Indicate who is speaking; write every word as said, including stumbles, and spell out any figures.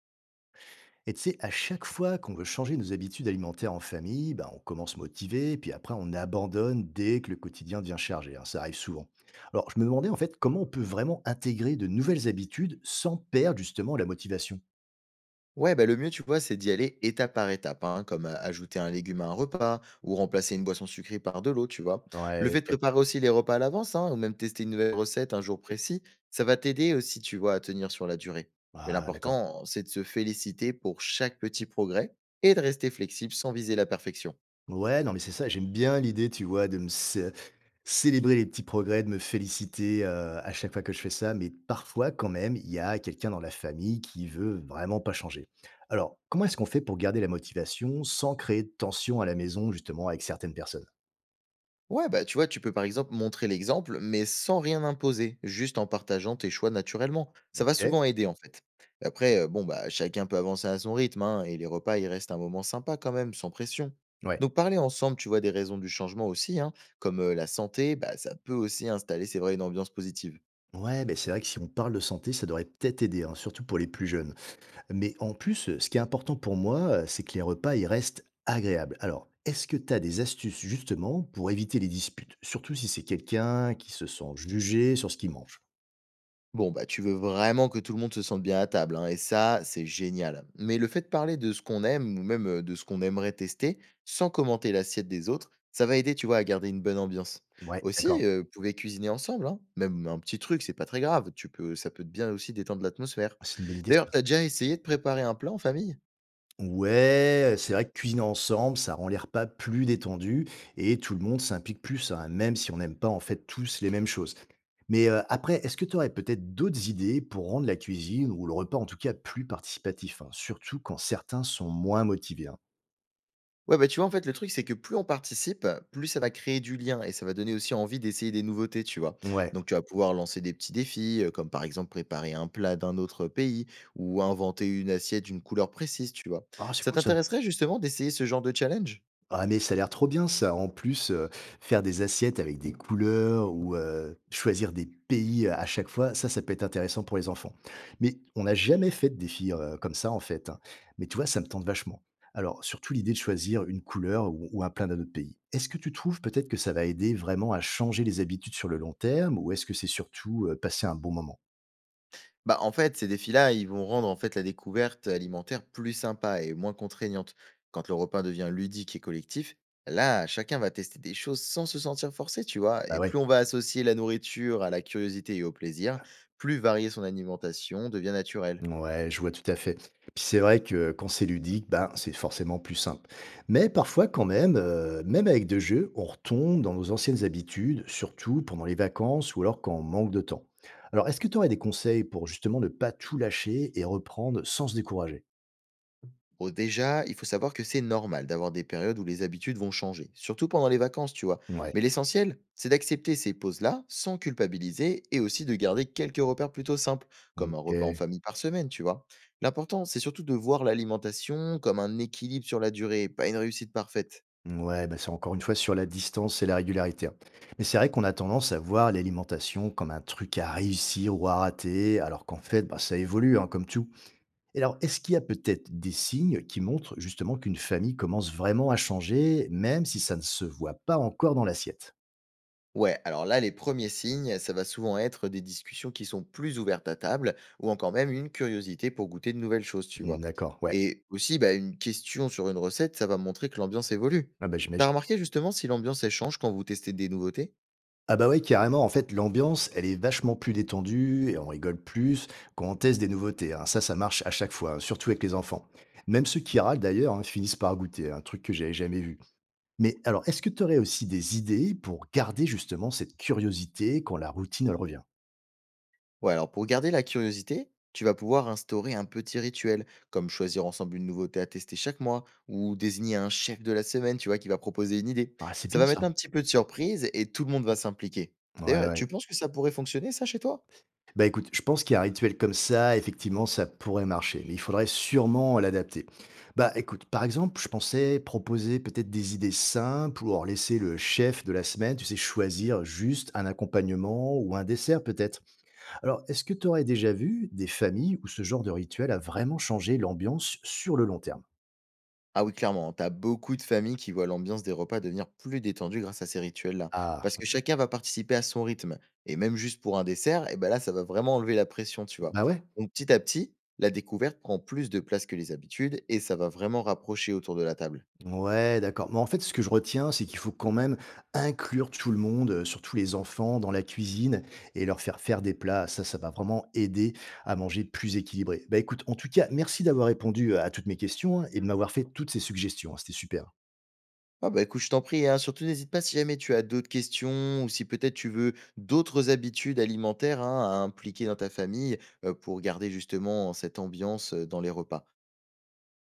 Speaker 1: Et tu sais, à chaque fois qu'on veut changer nos habitudes alimentaires en famille, ben on commence motivé, puis après on abandonne dès que le quotidien devient chargé. Hein, ça arrive souvent. Alors je me demandais en fait comment on peut vraiment intégrer de nouvelles habitudes sans perdre justement la motivation.
Speaker 2: Ouais, bah, le mieux, tu vois, c'est d'y aller étape par étape, hein, comme euh, ajouter un légume à un repas ou remplacer une boisson sucrée par de l'eau, tu vois. Le
Speaker 1: Ouais,
Speaker 2: fait de
Speaker 1: ok.
Speaker 2: préparer aussi les repas à l'avance, hein, ou même tester une nouvelle recette un jour précis, ça va t'aider aussi, tu vois, à tenir sur la durée. Mais
Speaker 1: Ah, d'accord.
Speaker 2: l'important, c'est de se féliciter pour chaque petit progrès et de rester flexible sans viser la perfection.
Speaker 1: Ouais, non, mais c'est ça, j'aime bien l'idée, tu vois, de me cé célébrer les petits progrès, de me féliciter, heu, à chaque fois que je fais ça, mais parfois quand même, il y a quelqu'un dans la famille qui veut vraiment pas changer. Alors, comment est-ce qu'on fait pour garder la motivation sans créer de tension à la maison, justement, avec certaines personnes?
Speaker 2: Ouais, bah tu vois, tu peux par exemple montrer l'exemple, mais sans rien imposer, juste en partageant tes choix naturellement. Ça va
Speaker 1: OK,
Speaker 2: souvent aider en fait. Après, euh, bon, bah chacun peut avancer à son rythme, hein, et les repas, ils restent un moment sympa quand même, sans pression.
Speaker 1: ouais.
Speaker 2: Donc parler ensemble, tu vois, des raisons du changement aussi, hein, comme euh, la santé, bah ça peut aussi installer, c'est vrai, une ambiance positive.
Speaker 1: Ouais, beh, c'est vrai que si on parle de santé, ça devrait peut-être aider, hein, surtout pour les plus jeunes. Mais en plus, euh, ce qui est important pour moi, euh, c'est que les repas, ils restent agréables. Alors, est-ce que tu as des astuces justement pour éviter les disputes? Surtout si c'est quelqu'un qui se sent jugé sur ce qu'il mange?
Speaker 2: Bon, bah, tu veux vraiment que tout le monde se sente bien à table, hein, et ça, c'est génial. Mais le fait de parler de ce qu'on aime ou même euh, de ce qu'on aimerait tester, sans commenter l'assiette des autres, ça va aider, tu vois, à garder une bonne ambiance.
Speaker 1: Ouais,
Speaker 2: Aussi,
Speaker 1: d'accord.
Speaker 2: Mhm. euh, vous pouvez cuisiner ensemble, hein, même un petit truc, c'est pas très grave. Tu peux, ça peut bien aussi détendre l'atmosphère.
Speaker 1: C'est une bonne idée
Speaker 2: D'ailleurs,
Speaker 1: ça.
Speaker 2: t'as déjà essayé de préparer un plat en famille.
Speaker 1: Ouais, euh, c'est vrai que cuisiner ensemble, ça rend les repas plus détendus et tout le monde s'implique plus, hein, même si on n'aime pas en fait tous les mêmes choses. Mais, heu, après, est-ce que tu aurais peut-être d'autres idées pour rendre la cuisine ou le repas en tout cas plus participatif, hein, surtout quand certains sont moins motivés, hein?
Speaker 2: Ouais, bah, tu vois, en fait, le truc, c'est que plus on participe, plus ça va créer du lien et ça va donner aussi envie d'essayer des nouveautés, tu vois.
Speaker 1: Ouais.
Speaker 2: Donc, tu vas pouvoir lancer des petits défis, euh, comme par exemple préparer un plat d'un autre pays ou inventer une assiette d'une couleur précise, tu vois.
Speaker 1: Ah, c'est
Speaker 2: Ça
Speaker 1: cool ça.
Speaker 2: t'intéresserait justement d'essayer ce genre de challenge?
Speaker 1: Ah, mais ça a l'air trop bien ça. En plus, heu, faire des assiettes avec des couleurs ou, heu, choisir des pays à chaque fois, ça, ça peut être intéressant pour les enfants. Mais on n'a jamais fait de défi, heu, comme ça en fait, hein. Mais tu vois, ça me tente vachement. Alors, surtout l'idée de choisir une couleur ou ou un plat d'un autre pays. Est-ce que tu trouves peut-être que ça va aider vraiment à changer les habitudes sur le long terme ou est-ce que c'est surtout, heu, passer un bon moment?
Speaker 2: Bah, en fait, ces défis-là, ils vont rendre en fait la découverte alimentaire plus sympa et moins contraignante. Quand le repas devient ludique et collectif, là, chacun va tester des choses sans se sentir forcé, tu vois.
Speaker 1: Bah,
Speaker 2: Et plus
Speaker 1: ouais.
Speaker 2: on va associer la nourriture à la curiosité et au plaisir, plus varier son alimentation devient naturelle.
Speaker 1: Ouais, je vois tout à fait. Puis c'est vrai que quand c'est ludique, ben, c'est forcément plus simple. Mais parfois, quand même, euh, même avec deux jeux, on retombe dans nos anciennes habitudes, surtout pendant les vacances ou alors quand on manque de temps. Alors, est-ce que tu aurais des conseils pour justement ne pas tout lâcher et reprendre sans se décourager?
Speaker 2: Bon, déjà, il faut savoir que c'est normal d'avoir des périodes où les habitudes vont changer, surtout pendant les vacances, tu vois.
Speaker 1: Ouais.
Speaker 2: Mais l'essentiel, c'est d'accepter ces pauses-là sans culpabiliser et aussi de garder quelques repères plutôt simples, comme un repas en
Speaker 1: Ok.
Speaker 2: famille par semaine, tu vois. L'important, c'est surtout de voir l'alimentation comme un équilibre sur la durée, pas une réussite parfaite.
Speaker 1: Ouais, bah c'est encore une fois sur la distance et la régularité. Hein. Mais c'est vrai qu'on a tendance à voir l'alimentation comme un truc à réussir ou à rater, alors qu'en fait, bah, ça évolue, hein, comme tout. Et alors, est-ce qu'il y a peut-être des signes qui montrent justement qu'une famille commence vraiment à changer, même si ça ne se voit pas encore dans l'assiette?
Speaker 2: Ouais, alors là, les premiers signes, ça va souvent être des discussions qui sont plus ouvertes à table ou encore même une curiosité pour goûter de nouvelles choses, tu
Speaker 1: Mmh,
Speaker 2: vois.
Speaker 1: d'accord, ouais.
Speaker 2: Et aussi, bah, une question sur une recette, ça va montrer que l'ambiance évolue.
Speaker 1: Ah bah,
Speaker 2: T'as
Speaker 1: j'imagine.
Speaker 2: remarqué justement si l'ambiance elle change quand vous testez des nouveautés?
Speaker 1: Ah bah, ouais, carrément, en fait, l'ambiance, elle est vachement plus détendue et on rigole plus quand on teste des nouveautés, hein. Ça, ça marche à chaque fois, hein, surtout avec les enfants. Même ceux qui râlent d'ailleurs, hein, finissent par goûter, un truc que j'avais jamais vu. Mais alors, est-ce que tu aurais aussi des idées pour garder justement cette curiosité quand la routine, elle revient?
Speaker 2: Ouais, alors pour garder la curiosité, tu vas pouvoir instaurer un petit rituel, comme choisir ensemble une nouveauté à tester chaque mois, ou désigner un chef de la semaine, tu vois, qui va proposer une idée.
Speaker 1: Ah, c'est
Speaker 2: Ça
Speaker 1: bien
Speaker 2: va mettre
Speaker 1: ça.
Speaker 2: un petit peu de surprise et tout le monde va s'impliquer.
Speaker 1: Ouais,
Speaker 2: D'ailleurs,
Speaker 1: ouais.
Speaker 2: tu penses que ça pourrait fonctionner, ça, chez toi?
Speaker 1: Bah écoute, je pense qu'un rituel comme ça, effectivement, ça pourrait marcher, mais il faudrait sûrement l'adapter. Bah écoute, par exemple, je pensais proposer peut-être des idées simples ou alors laisser le chef de la semaine, tu sais, choisir juste un accompagnement ou un dessert peut-être. Alors, est-ce que tu aurais déjà vu des familles où ce genre de rituel a vraiment changé l'ambiance sur le long terme?
Speaker 2: Ah oui, clairement, t'as beaucoup de familles qui voient l'ambiance des repas devenir plus détendue grâce à ces rituels-là.
Speaker 1: Ah,
Speaker 2: Parce que chacun va participer à son rythme. Et même juste pour un dessert, et ben là, ça va vraiment enlever la pression, tu vois.
Speaker 1: bah ouais.
Speaker 2: Donc petit à petit, la découverte prend plus de place que les habitudes et ça va vraiment rapprocher autour de la table.
Speaker 1: Ouais, d'accord. Mais en fait, ce que je retiens, c'est qu'il faut quand même inclure tout le monde, euh, surtout les enfants, dans la cuisine et leur faire faire des plats. Ça, ça va vraiment aider à manger plus équilibré. Bah écoute, en tout cas, merci d'avoir répondu euh, à toutes mes questions hein, et de m'avoir fait toutes ces suggestions. Hein. C'était super.
Speaker 2: Ah bah écoute, je t'en prie, hein, surtout n'hésite pas si jamais tu as d'autres questions ou si peut-être tu veux d'autres habitudes alimentaires hein, à impliquer dans ta famille euh, pour garder justement cette ambiance euh, dans les repas.